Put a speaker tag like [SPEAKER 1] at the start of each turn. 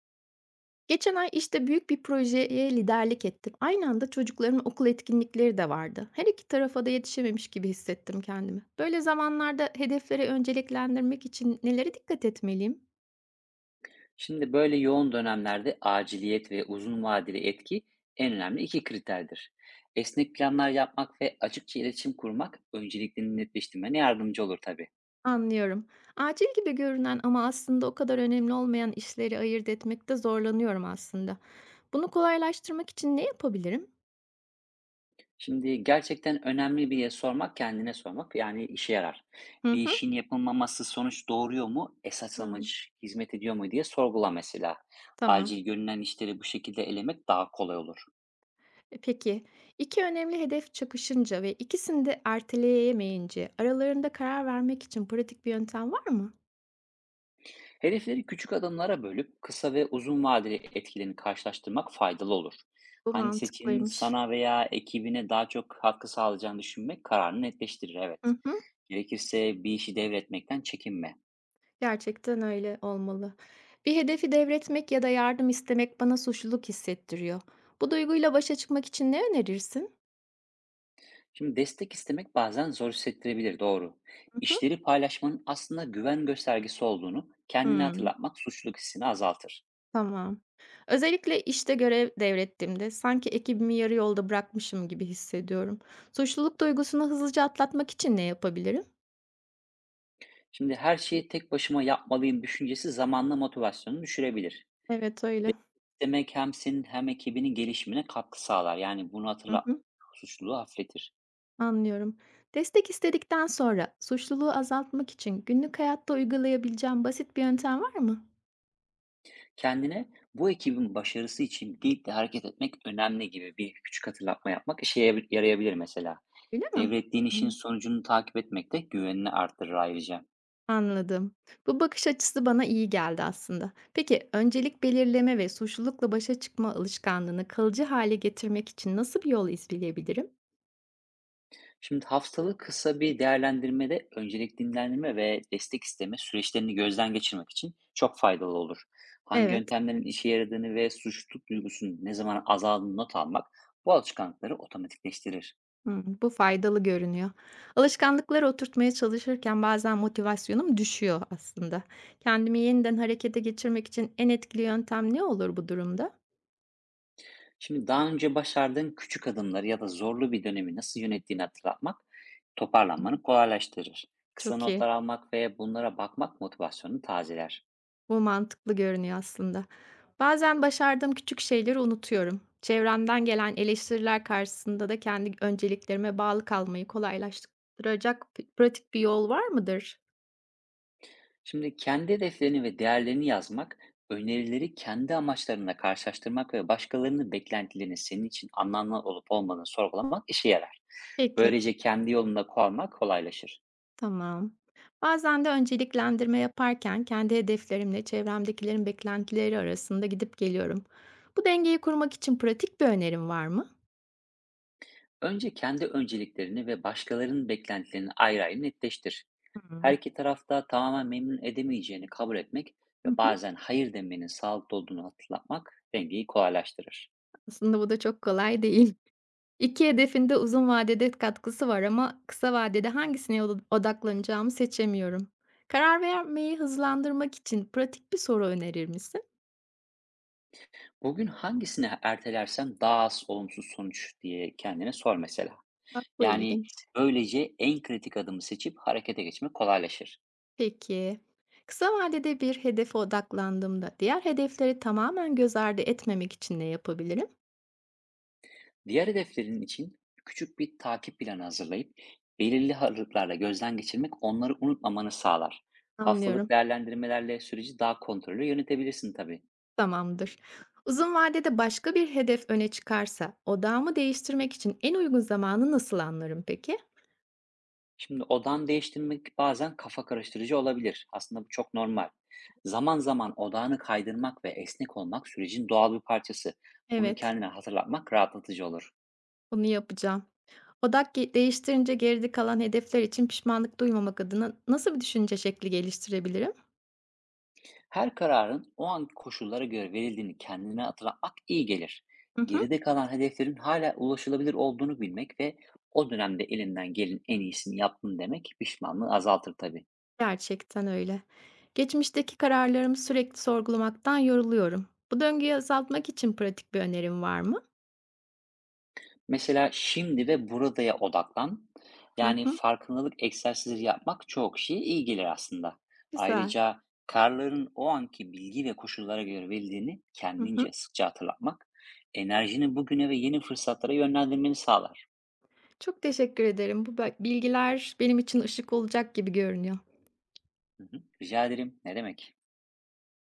[SPEAKER 1] Geçen ay işte büyük bir projeye liderlik ettim. Aynı anda çocukların okul etkinlikleri de vardı. Her iki tarafa da yetişememiş gibi hissettim kendimi. Böyle zamanlarda hedefleri önceliklendirmek için nelere dikkat etmeliyim?
[SPEAKER 2] Şimdi böyle yoğun dönemlerde aciliyet ve uzun vadeli etki en önemli iki kriterdir. Esnek planlar yapmak ve açıkça iletişim kurmak önceliklerini netleştirmene yardımcı olur tabii.
[SPEAKER 1] Anlıyorum. Acil gibi görünen ama aslında o kadar önemli olmayan işleri ayırt etmekte zorlanıyorum aslında. Bunu kolaylaştırmak için ne yapabilirim?
[SPEAKER 2] Şimdi gerçekten önemli bir yere sormak kendine sormak yani işe yarar.
[SPEAKER 1] Hı
[SPEAKER 2] Bir
[SPEAKER 1] hı.
[SPEAKER 2] işin yapılmaması sonuç doğuruyor mu, esas
[SPEAKER 1] Hı,
[SPEAKER 2] amaç hizmet ediyor mu diye sorgula mesela.
[SPEAKER 1] tamam.
[SPEAKER 2] Acil görünen işleri bu şekilde elemek daha kolay olur.
[SPEAKER 1] Peki, iki önemli hedef çakışınca ve ikisini de erteleyemeyince aralarında karar vermek için pratik bir yöntem var mı?
[SPEAKER 2] Hedefleri küçük adımlara bölüp kısa ve uzun vadeli etkilerini karşılaştırmak faydalı olur.
[SPEAKER 1] Bu
[SPEAKER 2] Hangi seçimin
[SPEAKER 1] mantıklıymış.
[SPEAKER 2] sana veya ekibine daha çok katkı sağlayacağını düşünmek kararını netleştirir, evet.
[SPEAKER 1] Hı hı,
[SPEAKER 2] Gerekirse bir işi devretmekten çekinme.
[SPEAKER 1] gerçekten öyle olmalı. Bir hedefi devretmek ya da yardım istemek bana suçluluk hissettiriyor. Bu duyguyla başa çıkmak için ne önerirsin?
[SPEAKER 2] Şimdi destek istemek bazen zor hissettirebilir, doğru.
[SPEAKER 1] Hı hı.
[SPEAKER 2] İşleri paylaşmanın aslında güven göstergesi olduğunu kendine
[SPEAKER 1] Hmm,
[SPEAKER 2] hatırlatmak suçluluk hissini azaltır.
[SPEAKER 1] tamam. Özellikle işte görev devrettiğimde sanki ekibimi yarı yolda bırakmışım gibi hissediyorum. Suçluluk duygusunu hızlıca atlatmak için ne yapabilirim?
[SPEAKER 2] Şimdi her şeyi tek başıma yapmalıyım düşüncesi zamanla motivasyonunu düşürebilir.
[SPEAKER 1] Evet öyle.
[SPEAKER 2] Destek istemek hem senin hem ekibinin gelişimine katkı sağlar. Yani bunu
[SPEAKER 1] Hı
[SPEAKER 2] hatırla,
[SPEAKER 1] hı.
[SPEAKER 2] suçluluğu hafifletir.
[SPEAKER 1] Anlıyorum. Destek istedikten sonra suçluluğu azaltmak için günlük hayatta uygulayabileceğim basit bir yöntem var mı?
[SPEAKER 2] Kendine, bu ekibin başarısı için birlikte hareket etmek önemli, gibi bir küçük hatırlatma yapmak yarayabilir mesela.
[SPEAKER 1] Öyle mi?
[SPEAKER 2] Devrettiğin işin
[SPEAKER 1] Hı.
[SPEAKER 2] sonucunu takip etmek de güvenini artırır ayrıca.
[SPEAKER 1] Anladım. Bu bakış açısı bana iyi geldi aslında. Peki öncelik belirleme ve suçlulukla başa çıkma alışkanlığını kalıcı hale getirmek için nasıl bir yol izleyebilirim?
[SPEAKER 2] Şimdi haftalık kısa bir değerlendirmede öncelik dinlendirme ve destek isteme süreçlerini gözden geçirmek için çok faydalı olur. Hangi
[SPEAKER 1] Evet,
[SPEAKER 2] yöntemlerin işe yaradığını ve suçluluk duygusunun ne zaman azaldığını not almak bu alışkanlıkları otomatikleştirir.
[SPEAKER 1] hı, bu faydalı görünüyor. Alışkanlıkları oturtmaya çalışırken bazen motivasyonum düşüyor aslında. Kendimi yeniden harekete geçirmek için en etkili yöntem ne olur bu durumda?
[SPEAKER 2] Şimdi daha önce başardığın küçük adımları ya da zorlu bir dönemi nasıl yönettiğini hatırlatmak toparlanmanı kolaylaştırır. Kısa
[SPEAKER 1] Çok iyi.
[SPEAKER 2] notlar almak ve bunlara bakmak motivasyonunu tazeler.
[SPEAKER 1] Bu mantıklı görünüyor aslında. Bazen başardığım küçük şeyleri unutuyorum. Çevremden gelen eleştiriler karşısında da kendi önceliklerime bağlı kalmayı kolaylaştıracak pratik bir yol var mıdır?
[SPEAKER 2] Şimdi kendi hedeflerini ve değerlerini yazmak, önerileri kendi amaçlarına karşılaştırmak ve başkalarının beklentilerini senin için anlamlı olup olmadığını sorgulamak işe yarar.
[SPEAKER 1] Peki,
[SPEAKER 2] Böylece kendi yolunda kalmak kolaylaşır.
[SPEAKER 1] tamam. Bazen de önceliklendirme yaparken kendi hedeflerimle çevremdekilerin beklentileri arasında gidip geliyorum. Bu dengeyi kurmak için pratik bir önerim var mı?
[SPEAKER 2] Önce kendi önceliklerini ve başkalarının beklentilerini ayrı ayrı netleştir. Her
[SPEAKER 1] Hmm.
[SPEAKER 2] iki tarafta tamamen memnun edemeyeceğini kabul etmek
[SPEAKER 1] Hı
[SPEAKER 2] ve
[SPEAKER 1] hı.
[SPEAKER 2] bazen hayır demenin sağlıklı olduğunu hatırlatmak dengeyi kolaylaştırır.
[SPEAKER 1] Aslında bu da çok kolay değil. 2 hedefin de uzun vadede katkısı var ama kısa vadede odaklanacağımı seçemiyorum. Karar vermeyi hızlandırmak için pratik bir soru önerir misin?
[SPEAKER 2] Bugün hangisini ertelersen daha az olumsuz sonuç, diye kendine sor mesela.
[SPEAKER 1] Bak bu
[SPEAKER 2] Yani
[SPEAKER 1] ilginç.
[SPEAKER 2] böylece en kritik adımı seçip harekete geçmek kolaylaşır.
[SPEAKER 1] Peki. Kısa vadede bir hedefe odaklandığımda diğer hedefleri tamamen göz ardı etmemek için ne yapabilirim?
[SPEAKER 2] Diğer hedeflerin için küçük bir takip planı hazırlayıp belirli aralıklarla gözden geçirmek onları unutmamanı sağlar.
[SPEAKER 1] Anlıyorum.
[SPEAKER 2] Haftalık değerlendirmelerle süreci daha kontrollü yönetebilirsin tabii.
[SPEAKER 1] Tamamdır. Uzun vadede başka bir hedef öne çıkarsa odağımı değiştirmek için en uygun zamanı nasıl anlarım peki?
[SPEAKER 2] Şimdi odan değiştirmek bazen kafa karıştırıcı olabilir. Aslında bu çok normal. Zaman zaman odağını kaydırmak ve esnek olmak sürecin doğal bir parçası. Bunu
[SPEAKER 1] Evet,
[SPEAKER 2] kendine hatırlatmak rahatlatıcı olur.
[SPEAKER 1] bunu yapacağım. Odak değiştirince geride kalan hedefler için pişmanlık duymamak adına nasıl bir düşünce şekli geliştirebilirim?
[SPEAKER 2] Her kararın o anki koşullara göre verildiğini kendine hatırlatmak iyi gelir.
[SPEAKER 1] Hı hı.
[SPEAKER 2] Geride kalan hedeflerin hala ulaşılabilir olduğunu bilmek ve o dönemde elinden gelin en iyisini yaptın demek pişmanlığı azaltır tabii.
[SPEAKER 1] Gerçekten öyle. Geçmişteki kararlarımı sürekli sorgulamaktan yoruluyorum. Bu döngüyü azaltmak için pratik bir önerim var mı?
[SPEAKER 2] Mesela şimdi ve buradaya odaklan.
[SPEAKER 1] Hı
[SPEAKER 2] Yani
[SPEAKER 1] hı.
[SPEAKER 2] farkındalık egzersizleri yapmak çoğu kişiye iyi gelir aslında.
[SPEAKER 1] Güzel.
[SPEAKER 2] Ayrıca kararların o anki bilgi ve koşullara göre verildiğini
[SPEAKER 1] Hı
[SPEAKER 2] kendince
[SPEAKER 1] hı.
[SPEAKER 2] sıkça hatırlatmak enerjini bugüne ve yeni fırsatlara yönlendirmeni sağlar.
[SPEAKER 1] Çok teşekkür ederim. Bilgiler benim için ışık olacak gibi görünüyor.
[SPEAKER 2] Hı hı. Rica ederim. Ne demek?